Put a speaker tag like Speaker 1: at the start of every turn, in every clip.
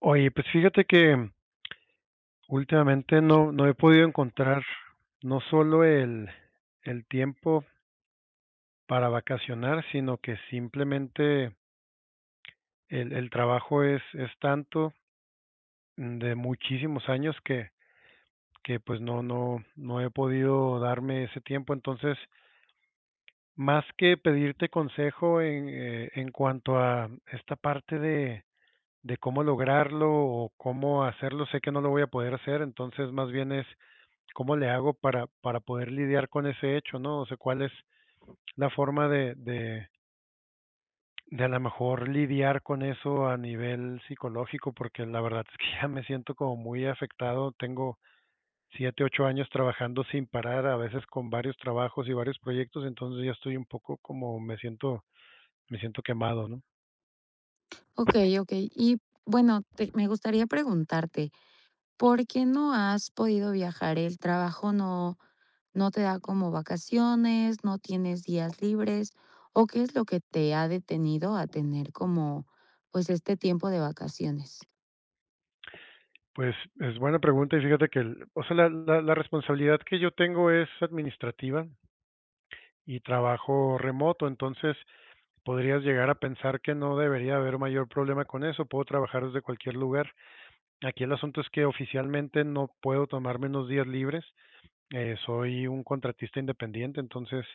Speaker 1: Oye, pues fíjate que últimamente no he podido encontrar no solo el tiempo para vacacionar, sino que simplemente el trabajo es tanto, de muchísimos años que pues no, no, no he podido darme ese tiempo. Entonces, más que pedirte consejo en cuanto a esta parte de cómo lograrlo o cómo hacerlo, sé que no lo voy a poder hacer, entonces más bien es cómo le hago para poder lidiar con ese hecho, ¿no? O sea, cuál es la forma de a lo mejor lidiar con eso a nivel psicológico, porque la verdad es que ya me siento como muy afectado. Tengo 7, 8 años trabajando sin parar, a veces con varios trabajos y varios proyectos, entonces ya estoy un poco como me siento quemado, ¿no?
Speaker 2: Okey, okey. Y bueno, te me gustaría preguntarte, ¿por qué no has podido viajar? ¿El trabajo no no te da como vacaciones, no tienes días libres? ¿O qué es lo que te ha detenido a tener como, pues, este tiempo de vacaciones?
Speaker 1: Pues es buena pregunta y fíjate que o sea, la responsabilidad que yo tengo es administrativa y trabajo remoto, entonces podrías llegar a pensar que no debería haber mayor problema con eso, puedo trabajar desde cualquier lugar. Aquí el asunto es que oficialmente no puedo tomarme unos días libres. Soy un contratista independiente, entonces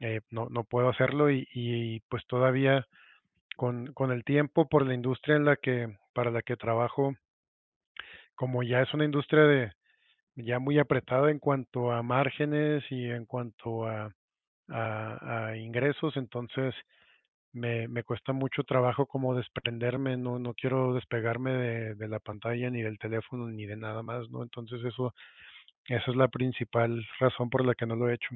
Speaker 1: no, no puedo hacerlo, y pues todavía con el tiempo, por la industria en la que, para la que trabajo, como ya es una industria de ya muy apretada en cuanto a márgenes y en cuanto a ingresos, entonces me cuesta mucho trabajo como desprenderme. No, no quiero despegarme de la pantalla, ni del teléfono, ni de nada más, ¿no? Entonces esa es la principal razón por la que no lo he hecho.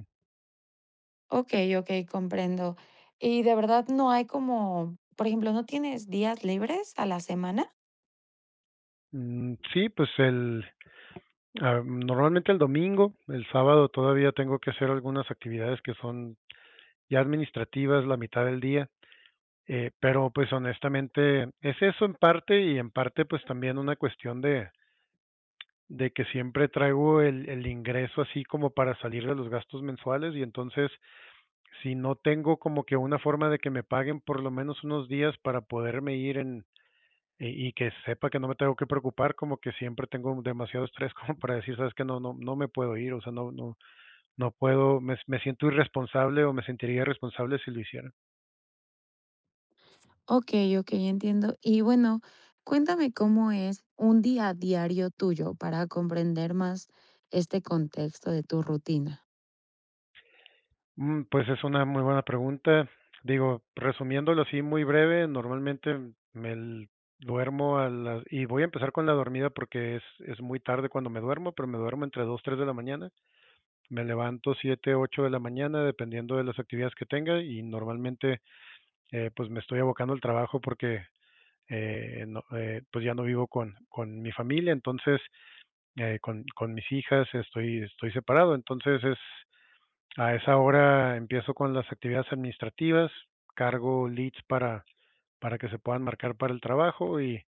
Speaker 2: Okey, okey, comprendo. Y de verdad no hay como, por ejemplo, ¿no tienes días libres a la semana?
Speaker 1: Mm, sí, pues normalmente el domingo, el sábado todavía tengo que hacer algunas actividades que son ya administrativas, la mitad del día. Pero pues honestamente es eso en parte y en parte pues también una cuestión de que siempre traigo el ingreso así como para salir de los gastos mensuales, y entonces si no tengo como que una forma de que me paguen por lo menos unos días para poderme ir en, y que sepa que no me tengo que preocupar, como que siempre tengo demasiado estrés como para decir, sabes que no, no, no me puedo ir. O sea, no, no, no puedo, me siento irresponsable o me sentiría irresponsable si lo hiciera.
Speaker 2: Okey, okey, entiendo. Y bueno, cuéntame cómo es un día diario tuyo para comprender más este contexto de tu rutina.
Speaker 1: Mm, pues es una muy buena pregunta. Digo, resumiéndolo así muy breve, normalmente me l- duermo a las, y voy a empezar con la dormida porque es muy tarde cuando me duermo, pero me duermo entre 2, 3 de la mañana. Me levanto 7, 8 de la mañana, dependiendo de las actividades que tenga, y normalmente, pues, me estoy abocando al trabajo porque no, pues, ya no vivo con mi familia. Entonces, con mis hijas estoy separado, entonces es a esa hora empiezo con las actividades administrativas, cargo leads para que se puedan marcar para el trabajo, y,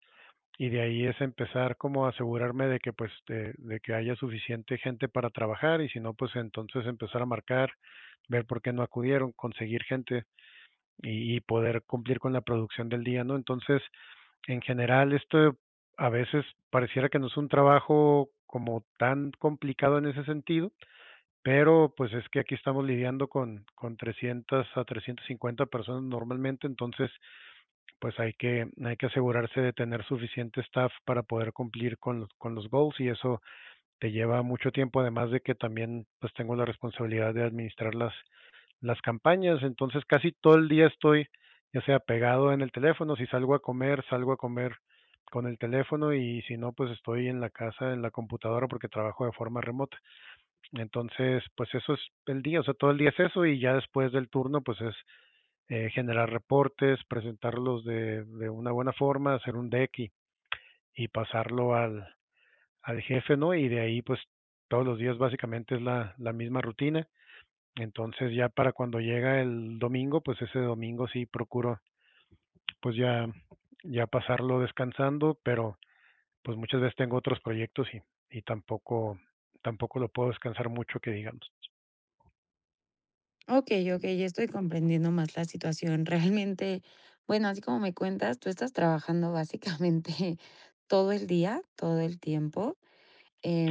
Speaker 1: y de ahí es empezar como a asegurarme de que pues de que haya suficiente gente para trabajar, y si no pues entonces empezar a marcar, ver por qué no acudieron, conseguir gente y poder cumplir con la producción del día, ¿no? Entonces, en general esto a veces pareciera que no es un trabajo como tan complicado en ese sentido, pero, pues, es que aquí estamos lidiando con 300 a 350 personas normalmente. Entonces, pues, hay que, hay que asegurarse de tener suficiente staff para poder cumplir con los, con los goals, y eso te lleva mucho tiempo, además de que también, pues, tengo la responsabilidad de administrar las campañas. Entonces, casi todo el día estoy ya sea pegado en el teléfono. Si salgo a comer, salgo a comer con el teléfono, y si no, pues, estoy en la casa, en la computadora, porque trabajo de forma remota. Entonces, pues eso es el día. O sea, todo el día es eso, y ya después del turno, pues es, generar reportes, presentarlos de una buena forma, hacer un deck y pasarlo al jefe, ¿no? Y de ahí, pues todos los días básicamente es la misma rutina. Entonces ya para cuando llega el domingo, pues ese domingo sí procuro, pues ya pasarlo descansando, pero pues muchas veces tengo otros proyectos, y tampoco lo puedo descansar mucho que digamos.
Speaker 2: Okey, okey, ya estoy comprendiendo más la situación. Realmente, bueno, así como me cuentas, tú estás trabajando básicamente todo el día, todo el tiempo.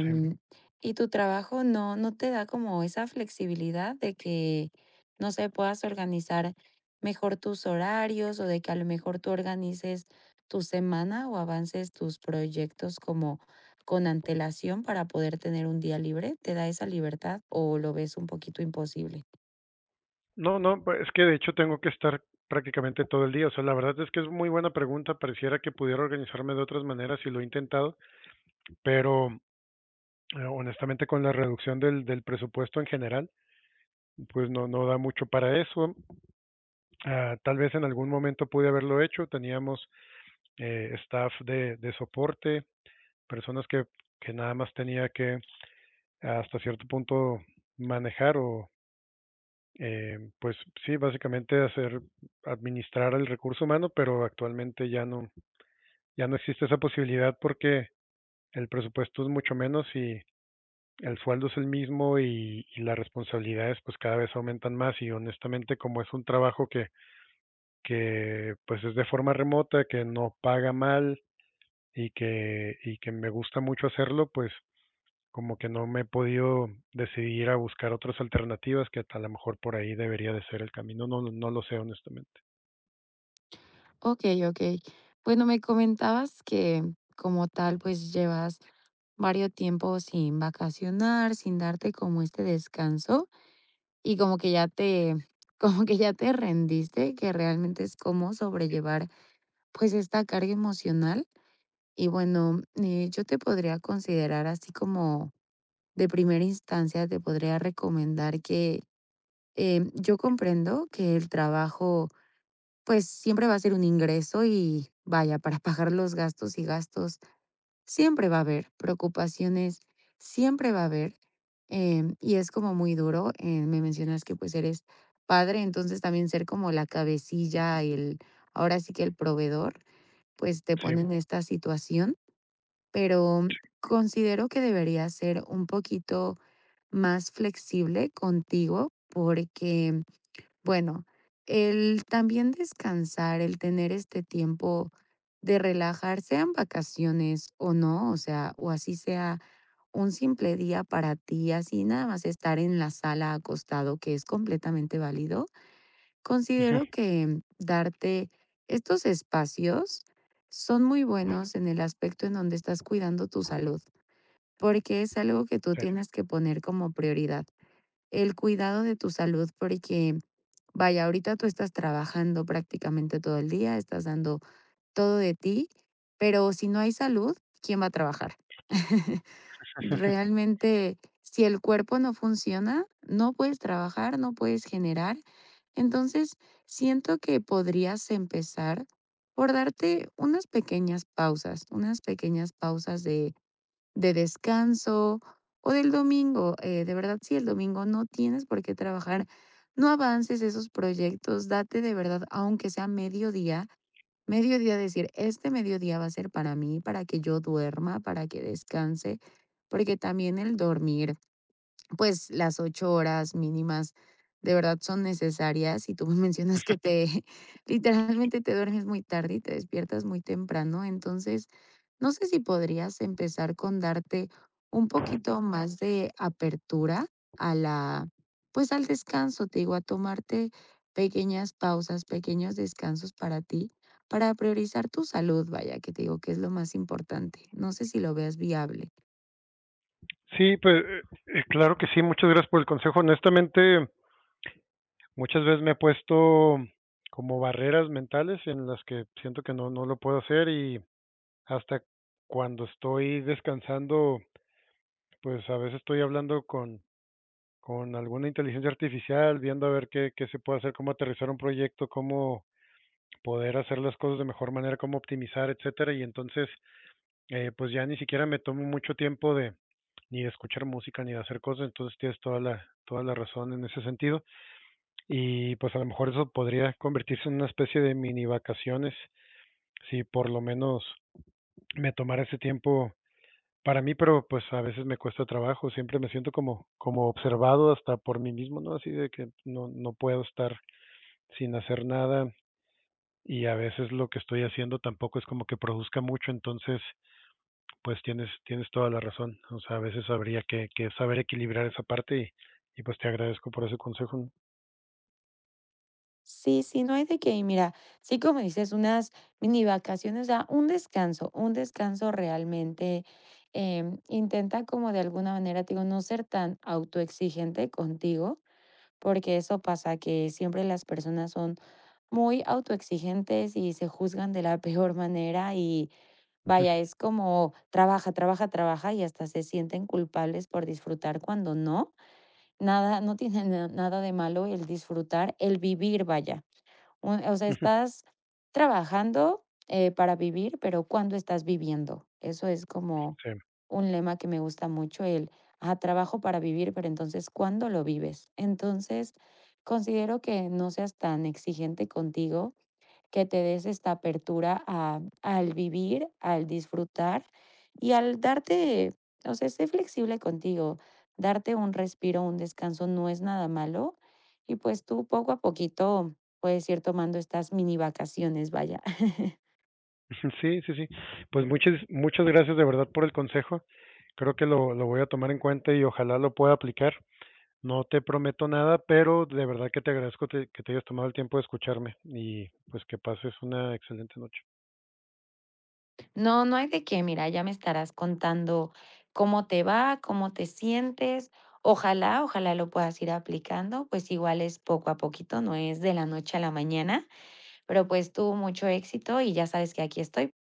Speaker 1: Sí.
Speaker 2: ¿y tu trabajo no te da como esa flexibilidad de que, no sé, puedas organizar mejor tus horarios o de que a lo mejor tú organices tu semana o avances tus proyectos como con antelación para poder tener un día libre? ¿Te da esa libertad o lo ves un poquito imposible?
Speaker 1: No, no, pues, es que de hecho tengo que estar prácticamente todo el día. O sea, la verdad es que es muy buena pregunta. Pareciera que pudiera organizarme de otras maneras y lo he intentado, pero, honestamente, con la reducción del presupuesto en general, pues no, no da mucho para eso. Ah, tal vez en algún momento pude haberlo hecho. Teníamos, staff de soporte, personas que nada más tenía que, hasta cierto punto, manejar o, pues, sí, básicamente hacer, administrar el recurso humano. Pero actualmente ya no ya no existe esa posibilidad, porque el presupuesto es mucho menos y el sueldo es el mismo, y las responsabilidades, pues, cada vez aumentan más, y honestamente, como es un trabajo que, pues, es de forma remota, que no paga mal, y que me gusta mucho hacerlo, pues, como que no me he podido decidir a buscar otras alternativas, que a lo mejor por ahí debería de ser el camino. No, no lo sé honestamente.
Speaker 2: Okey, okey. Bueno, me comentabas que como tal, pues llevas varios tiempos sin vacacionar, sin darte como este descanso. Y como que ya te como que ya te rendiste, que realmente es cómo sobrellevar, pues, esta carga emocional. Y bueno, yo te podría considerar así como de primera instancia, te podría recomendar que, yo comprendo que el trabajo, pues, siempre va a ser un ingreso y vaya, para pagar los gastos y gastos. Siempre va a haber preocupaciones, siempre va a haber. Y es como muy duro, me mencionas que, pues, eres padre, entonces también ser como la cabecilla, el ahora sí que el proveedor, pues, te
Speaker 1: Sí,
Speaker 2: pone en esta situación, pero considero que deberías ser un poquito más flexible contigo porque bueno, el también descansar, el tener este tiempo de relajar, sean vacaciones o no, o sea, o así sea un simple día para ti, así nada más estar en la sala acostado, que es completamente válido.
Speaker 1: ujú,
Speaker 2: Considero que darte estos espacios son muy buenos en el aspecto en donde estás cuidando tu salud, porque es algo que tú
Speaker 1: sí.
Speaker 2: tienes que poner como prioridad, el cuidado de tu salud. Porque vaya, ahorita tú estás trabajando prácticamente todo el día, estás dando todo de ti, pero si no hay salud, ¿quién va a trabajar? Realmente, si el cuerpo no funciona, no puedes trabajar, no puedes generar. Entonces, siento que podrías empezar por darte unas pequeñas pausas de descanso o del domingo. De verdad, si el domingo no tienes por qué trabajar, no avances esos proyectos, date de verdad, aunque sea mediodía, mediodía decir, este mediodía va a ser para mí, para que yo duerma, para que descanse, porque también el dormir, pues, las 8 horas mínimas de verdad son necesarias, y tú me mencionas que te literalmente te duermes muy tarde y te despiertas muy temprano. Entonces, no sé si podrías empezar con darte un poquito más de apertura a la, pues, al descanso, te digo, a tomarte pequeñas pausas, pequeños descansos para ti, para priorizar tu salud, vaya, que te digo que es lo más importante. No sé si lo veas viable.
Speaker 1: Sí, pues, claro que sí, muchas gracias por el consejo. Honestamente, muchas veces me he puesto como barreras mentales en las que siento que no, no lo puedo hacer, y hasta cuando estoy descansando, pues, a veces estoy hablando con alguna inteligencia artificial, viendo a ver qué se puede hacer, cómo aterrizar un proyecto, cómo poder hacer las cosas de mejor manera, cómo optimizar, etcétera. Y entonces, pues ya ni siquiera me tomo mucho tiempo de ni de escuchar música ni de hacer cosas. Entonces tienes toda la razón en ese sentido. Y pues a lo mejor eso podría convertirse en una especie de mini vacaciones, si por lo menos me tomara ese tiempo para mí. Pero, pues, a veces me cuesta trabajo, siempre me siento como observado hasta por mí mismo, ¿no? Así de que no, no puedo estar sin hacer nada, y a veces lo que estoy haciendo tampoco es como que produzca mucho. Entonces, pues, tienes toda la razón. O sea, a veces habría que saber equilibrar esa parte, y pues, te agradezco por ese consejo, ¿no?
Speaker 2: Sí, sí, no hay de qué. Y mira, sí, como dices, unas mini vacaciones, o sea, un descanso realmente. Intenta como de alguna manera, te digo, no ser tan autoexigente contigo, porque eso pasa que siempre las personas son muy autoexigentes y se juzgan de la peor manera y vaya,
Speaker 1: Ujú,
Speaker 2: es como trabaja, trabaja, trabaja y hasta se sienten culpables por disfrutar cuando no. Nada, no tiene nada de malo el disfrutar, el vivir, vaya, un, o sea,
Speaker 1: ujú, sí,
Speaker 2: estás trabajando, para vivir, pero ¿cuándo estás viviendo? Eso es como un lema que me gusta mucho, el trabajo para vivir, pero entonces, ¿cuándo lo vives? Entonces, considero que no seas tan exigente contigo, que te des esta apertura a al vivir, al disfrutar y al darte, o sea, sé flexible contigo. Darte un respiro, un descanso no es nada malo y, pues, tú poco a poquito puedes ir tomando estas mini vacaciones, vaya.
Speaker 1: sí, sí, sí. Pues, muchas muchas gracias de verdad por el consejo. Creo que lo voy a tomar en cuenta y ojalá lo pueda aplicar. No te prometo nada, pero de verdad que te agradezco, que te hayas tomado el tiempo de escucharme, y pues que pases una excelente noche.
Speaker 2: No, no hay de qué, mira, ya me estarás contando cómo te va, cómo te sientes. Ojalá, ojalá lo puedas ir aplicando, pues igual es poco a poquito, no es de la noche a la mañana. Pero pues tuvo mucho éxito y ya sabes que aquí estoy